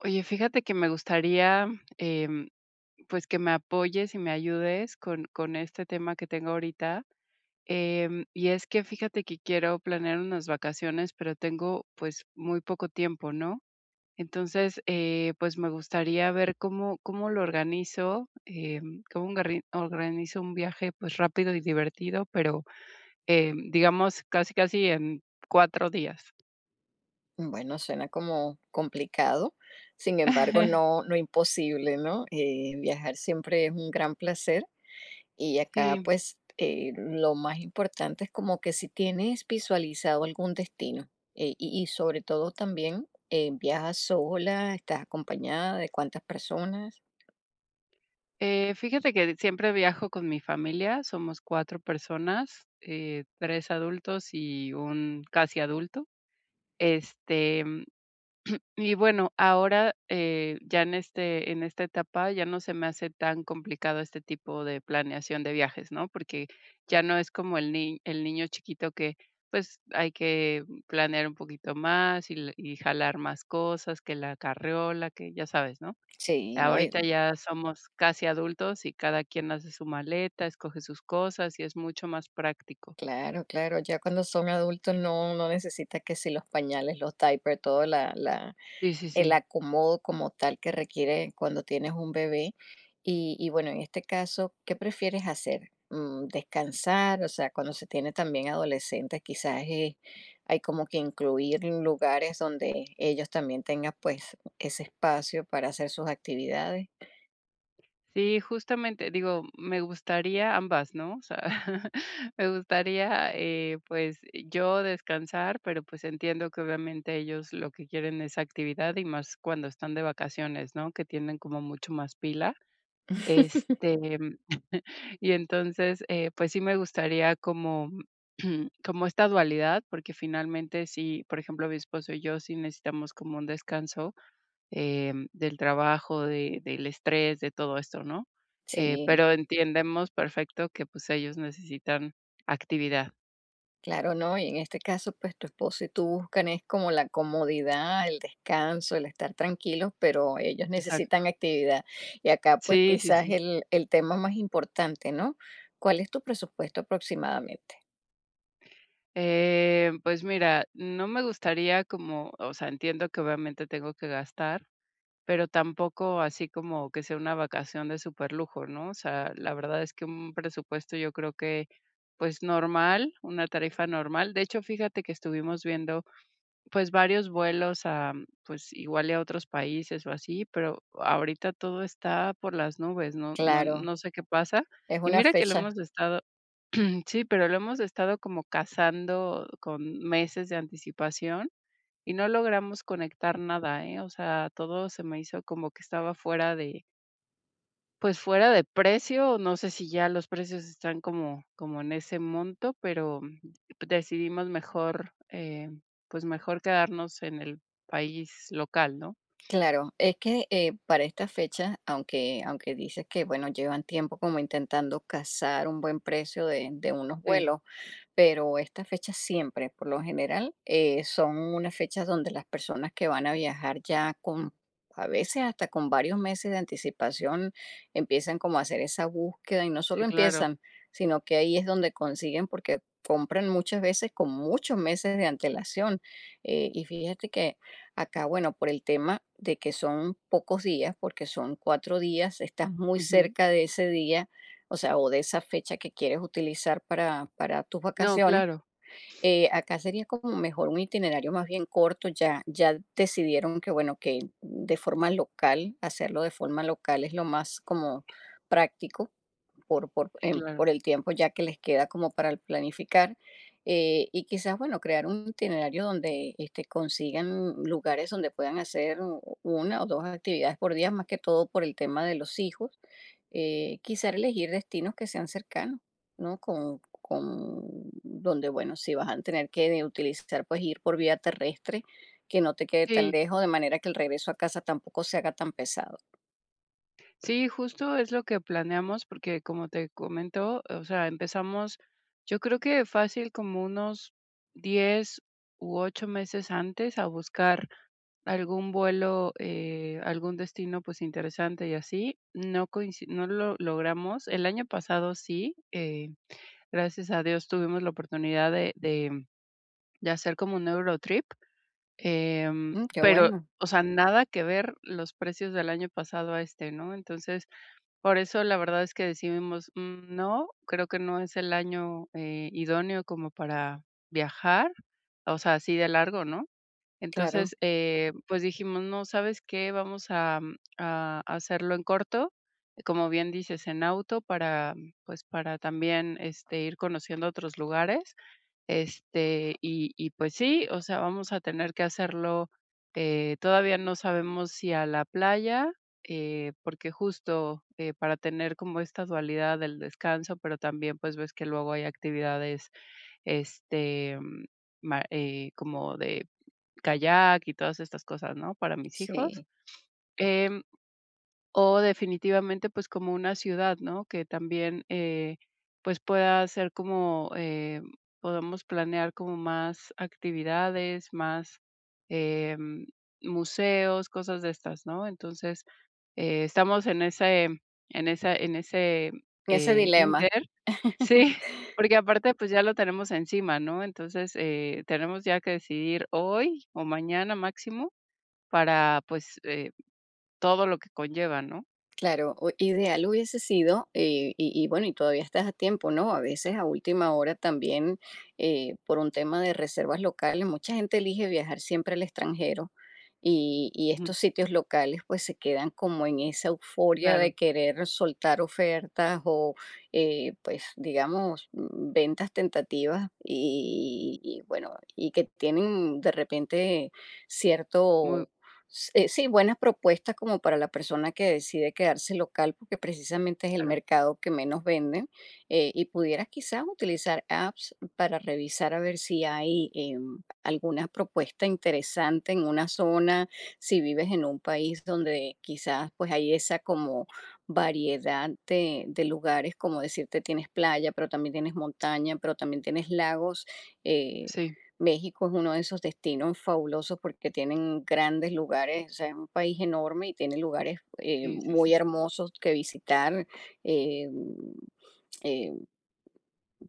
Oye, fíjate que me gustaría, em, pues, que me apoyes y me ayudes con este tema que tengo ahorita. Y es que fíjate que quiero planear unas vacaciones, pero tengo, pues, muy poco tiempo, ¿no? Entonces, pues, me gustaría ver cómo lo organizo, cómo ongarri organizo un viaje, pues, rápido y divertido, pero, digamos, casi, casi en 4 días. Bueno, suena como complicado, sin embargo, no, no imposible, ¿no? Viajar siempre es un gran placer y acá Sí. pues lo más importante es como que si tienes visualizado algún destino y sobre todo también viajas sola, estás acompañada de cuántas personas. Fíjate que siempre viajo con mi familia, somos 4 personas, 3 adultos y un casi adulto. Este, mm, y bueno, ahora, ya en esta etapa ya no se me hace tan complicado este tipo de planeación de viajes, ¿no? Porque ya no es como el ni el niño chiquito que, pues, hay que planear un poquito más y jalar más cosas, que la carriola, que ya sabes, ¿no? Sí, no, Ahorita ya somos casi adultos y cada quien hace su maleta, escoge sus cosas y es mucho más práctico. claro, claro, ya cuando son adultos no necesitas que si los pañales, los diapers, toda Sí, sí, el sí. acomodo como tal que requiere cuando tienes un bebé. Y bueno, en este caso, ¿qué prefieres hacer? ¿Descansar? O sea, cuando se tiene también adolescentes, quizás hay como que incluir lugares donde ellos también tengan pues ese espacio para hacer sus actividades. Sí, justamente, digo, me gustaría ambas, ¿no? O sea, me gustaría, pues, yo descansar, pero, pues, entiendo que obviamente ellos lo que quieren es actividad y más cuando están de vacaciones, ¿no? Que tienen como mucho más pila. Este Y entonces, pues sí me gustaría como como esta dualidad, porque finalmente sí, por ejemplo, mi esposo y yo sí necesitamos como un descanso, del trabajo, de del estrés, de todo esto, ¿no? Eh, Sí. pero entendemos perfecto que, pues, ellos necesitan actividad. Claro, ¿no? Y en este caso, pues tu esposo y tú buscan es como la comodidad, el descanso, el estar tranquilos, pero ellos Exacto. necesitan actividad. Y acá, pues sí, Sí, sí, quizás sí. el tema más importante, ¿no? ¿Cuál es tu presupuesto aproximadamente? Pues mira, no me gustaría como o sea, entiendo que obviamente tengo que gastar, pero tampoco así como que sea una vacación de superlujo, ¿no? O sea, la verdad es que un presupuesto yo creo que, pues, normal, una tarifa normal. De hecho, fíjate que estuvimos viendo, pues, varios vuelos a, pues, igual y a otros países o así, pero ahorita todo está por las nubes, no no Claro, no sé qué pasa. es Y una mira que lo fecha. hemos estado sí, pero lo hemos estado como cazando con meses de anticipación y no logramos conectar nada, ¿eh? O sea, todo se me hizo como que estaba fuera de, pues fuera de precio, no sé si ya los precios están como en ese monto, pero decidimos mejor, pues mejor quedarnos en el país local, ¿no? Claro, es que para esta fecha, aunque dices que, bueno, llevan tiempo como intentando cazar un buen precio de unos Sí, vuelos, pero estas fechas siempre, por lo general, son unas fechas donde las personas que van a viajar ya con, a veces hasta con varios meses de anticipación, empiezan como a hacer esa búsqueda y no solo sí, claro. empiezan, sino que ahí es donde consiguen porque compran muchas veces con muchos meses de antelación. Y fíjate que acá, bueno, por el tema de que son pocos días, porque son cuatro días, estás muy Ujú. cerca de ese día o sea, o de esa fecha que quieres utilizar para tus No, vacaciones, claro, acá sería como mejor un itinerario más bien corto. Ya, ya decidieron que, bueno, que de forma local, hacerlo de forma local es lo más como práctico por, por, sí, em, por claro. el tiempo ya que les queda como para planificar. Y quizás, bueno, crear un itinerario donde este, consigan lugares donde puedan hacer una o dos actividades por día, más que todo por el tema de los hijos. Quizás elegir destinos que sean cercanos, ¿no? Con donde, bueno, si vas a tener que utilizar, pues ir por vía terrestre, que no te quede tan Sí. lejos, de manera que el regreso a casa tampoco se haga tan pesado. Sí, justo es lo que planeamos, porque como te comento, o sea, empezamos, yo creo que fácil como unos 10 u 8 meses antes a buscar algún vuelo, algún destino pues interesante y así. No lo logramos. El año pasado sí, gracias a Dios tuvimos la oportunidad de hacer como un Eurotrip. Em, Mm, qué pero, bueno, o sea, nada que ver los precios del año pasado a este, ¿no? Entonces, por eso la verdad es que decidimos, "Mm, no, creo que no es el año, idóneo como para viajar", o sea, así de largo, ¿no? claro, Entonces, pues dijimos, no, ¿sabes qué? Vamos a hacerlo en corto, como bien dices, en auto para, pues, para también, este, ir conociendo otros lugares. Y pues sí, o sea, vamos a tener que hacerlo, todavía no sabemos si a la playa, porque justo, para tener como esta dualidad del descanso, pero también, pues, ves que luego hay actividades, este, mm, ma como de kayak y todas estas cosas, ¿no?, para mis hijos, sí. em o definitivamente, pues, como una ciudad, ¿no? Que también, pues, pueda ser como, podamos planear como más actividades, más, em, museos, cosas de estas, ¿no? Entonces, estamos en ese, En ese dilema. ínter. Sí, porque aparte, pues, ya lo tenemos encima, ¿no? Entonces, tenemos ya que decidir hoy o mañana máximo para, pues, todo lo que conlleva, ¿no? Claro, ideal hubiese sido, y bueno, y todavía estás a tiempo, ¿no? A veces a última hora también, por un tema de reservas locales, mucha gente elige viajar siempre al extranjero y estos sitios locales pues se quedan como en esa euforia de Claro, querer soltar ofertas o pues digamos ventas tentativas y bueno, y que tienen de repente muy cierto sí, buenas propuestas como para la persona que decide quedarse local, porque precisamente es el claro. mercado que menos venden, y pudieras quizás utilizar apps para revisar a ver si hay alguna propuesta interesante en una zona, si vives en un país donde quizás pues hay esa como variedad de lugares, como decirte tienes playa, pero también tienes montaña, pero también tienes lagos. eh, Sí, México es uno de esos destinos fabulosos porque tienen grandes lugares, o sea, es un país enorme y tiene lugares sí, sí, muy sí, hermosos que visitar. Eh, eh,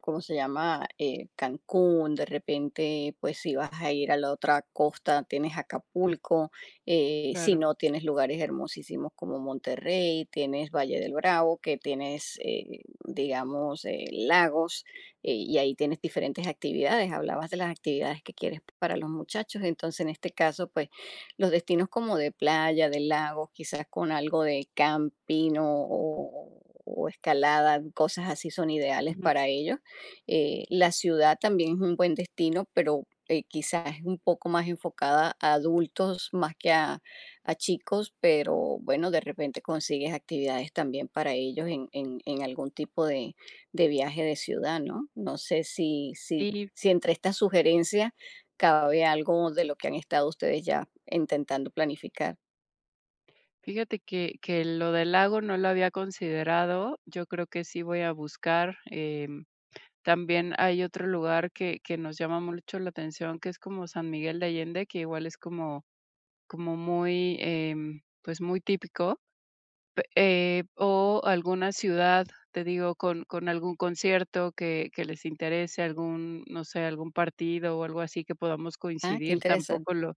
¿Cómo se llama? Cancún, de repente, pues si vas a ir a la otra costa, tienes Acapulco, si claro. no, tienes lugares hermosísimos como Monterrey, tienes Valle del Bravo, que tienes, digamos, lagos, y ahí tienes diferentes actividades. Hablabas de las actividades que quieres para los muchachos, entonces en este caso, pues los destinos como de playa, de lagos, quizás con algo de camping o escalada, cosas así son ideales Ujú. para ellos. La ciudad también es un buen destino, pero quizás es un poco más enfocada a adultos más que a chicos, pero bueno, de repente consigues actividades también para ellos en algún tipo de viaje de ciudad, ¿no? No sé si, si, Sí, si entre estas sugerencias cabe algo de lo que han estado ustedes ya intentando planificar. fíjate que lo del lago no lo había considerado. Yo creo que sí voy a buscar, también hay otro lugar que nos llama mucho la atención, que es como San Miguel de Allende, que igual es como muy, pues, muy típico, pe o alguna ciudad, te digo, con algún concierto que les interese, algún, no sé, algún partido o algo así que podamos Ah, qué coincidir. Tampoco interesante. lo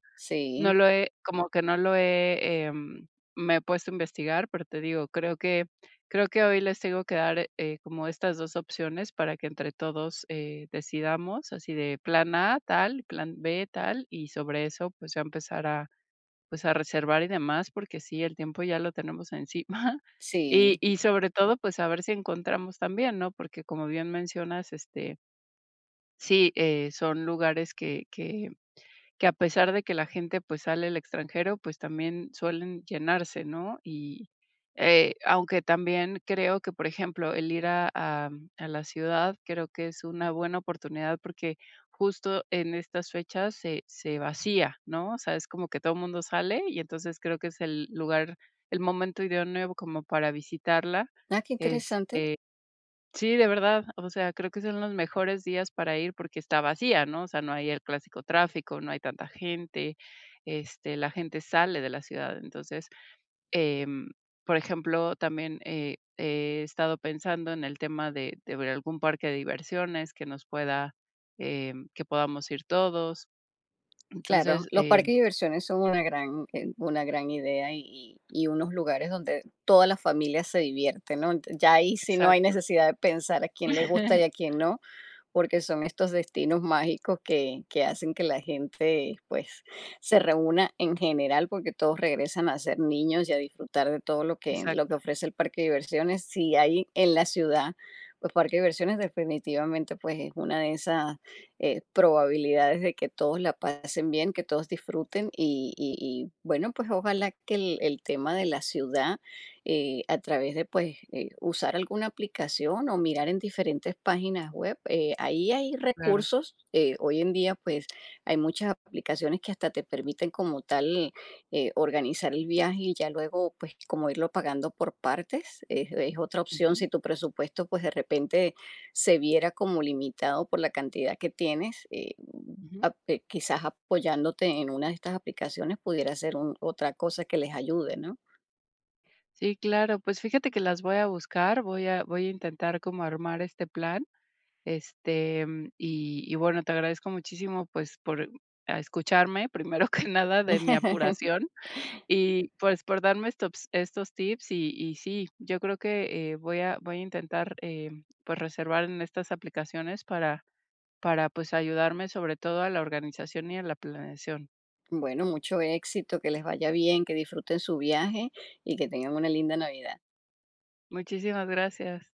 No Sí, lo he como que no lo he, Me he puesto a investigar, pero te digo, creo que hoy les tengo que dar, como estas 2 opciones para que entre todos, decidamos así de plan A tal, plan B tal, y sobre eso, pues, ya empezar a, pues, a reservar y demás, porque sí, el tiempo ya lo tenemos encima. Y sí. y sobre todo, pues, a ver si encontramos también, ¿no? Porque como bien mencionas, este, sí, son lugares que a pesar de que la gente, pues, sale al extranjero, pues, también suelen llenarse, ¿no? Y, aunque también creo que, por ejemplo, el ir a la ciudad, creo que es una buena oportunidad porque justo en estas fechas se vacía, ¿no? O sea, es como que todo el mundo sale y entonces creo que es el lugar, el momento idóneo como para visitarla. Ah, qué este interesante. Sí, de verdad, o sea, creo que son los mejores días para ir porque está vacía, ¿no? O sea, no hay el clásico tráfico, no hay tanta gente, la gente sale de la ciudad. Entonces, em, por ejemplo, también he estado pensando en el tema de ver algún parque de diversiones que nos pueda, que podamos ir todos. Claro, Entonces, los parques de diversiones son una gran idea y unos lugares donde toda la familia se divierte, ¿no? Ya ahí sí no hay exacto, necesidad de pensar a quién le gusta y a quién no porque son estos destinos mágicos que hacen que la gente pues se reúna en general porque todos regresan a ser niños y a disfrutar de todo lo que exacto, ofrece el parque de diversiones. Si hay en la ciudad, pues parque de diversiones definitivamente pues es una de esas probabilidades de que todos la pasen bien, que todos disfruten y bueno, pues ojalá que el tema de la ciudad a través de pues usar alguna aplicación o mirar en diferentes páginas web. Ahí hay claro. recursos. Hoy en día pues hay muchas aplicaciones que hasta te permiten como tal organizar el viaje y ya luego pues como irlo pagando por partes. Es otra opción si Ujú, tu presupuesto pues de repente se viera como limitado por la cantidad que tienes. Ujú. Quizás apoyándote en una de estas aplicaciones pudiera ser otra cosa que les ayude, ¿no? Sí, claro, pues fíjate que las voy a buscar, voy a intentar como armar este plan. Y bueno, te agradezco muchísimo, pues, por a escucharme, primero que nada, de mi apuración y, pues, por darme estos tips y sí, yo creo que, voy a intentar, pues, reservar en estas aplicaciones para, pues, ayudarme sobre todo a la organización y a la planeación. Bueno, mucho éxito, que les vaya bien, que disfruten su viaje y que tengan una linda Navidad. Muchísimas gracias.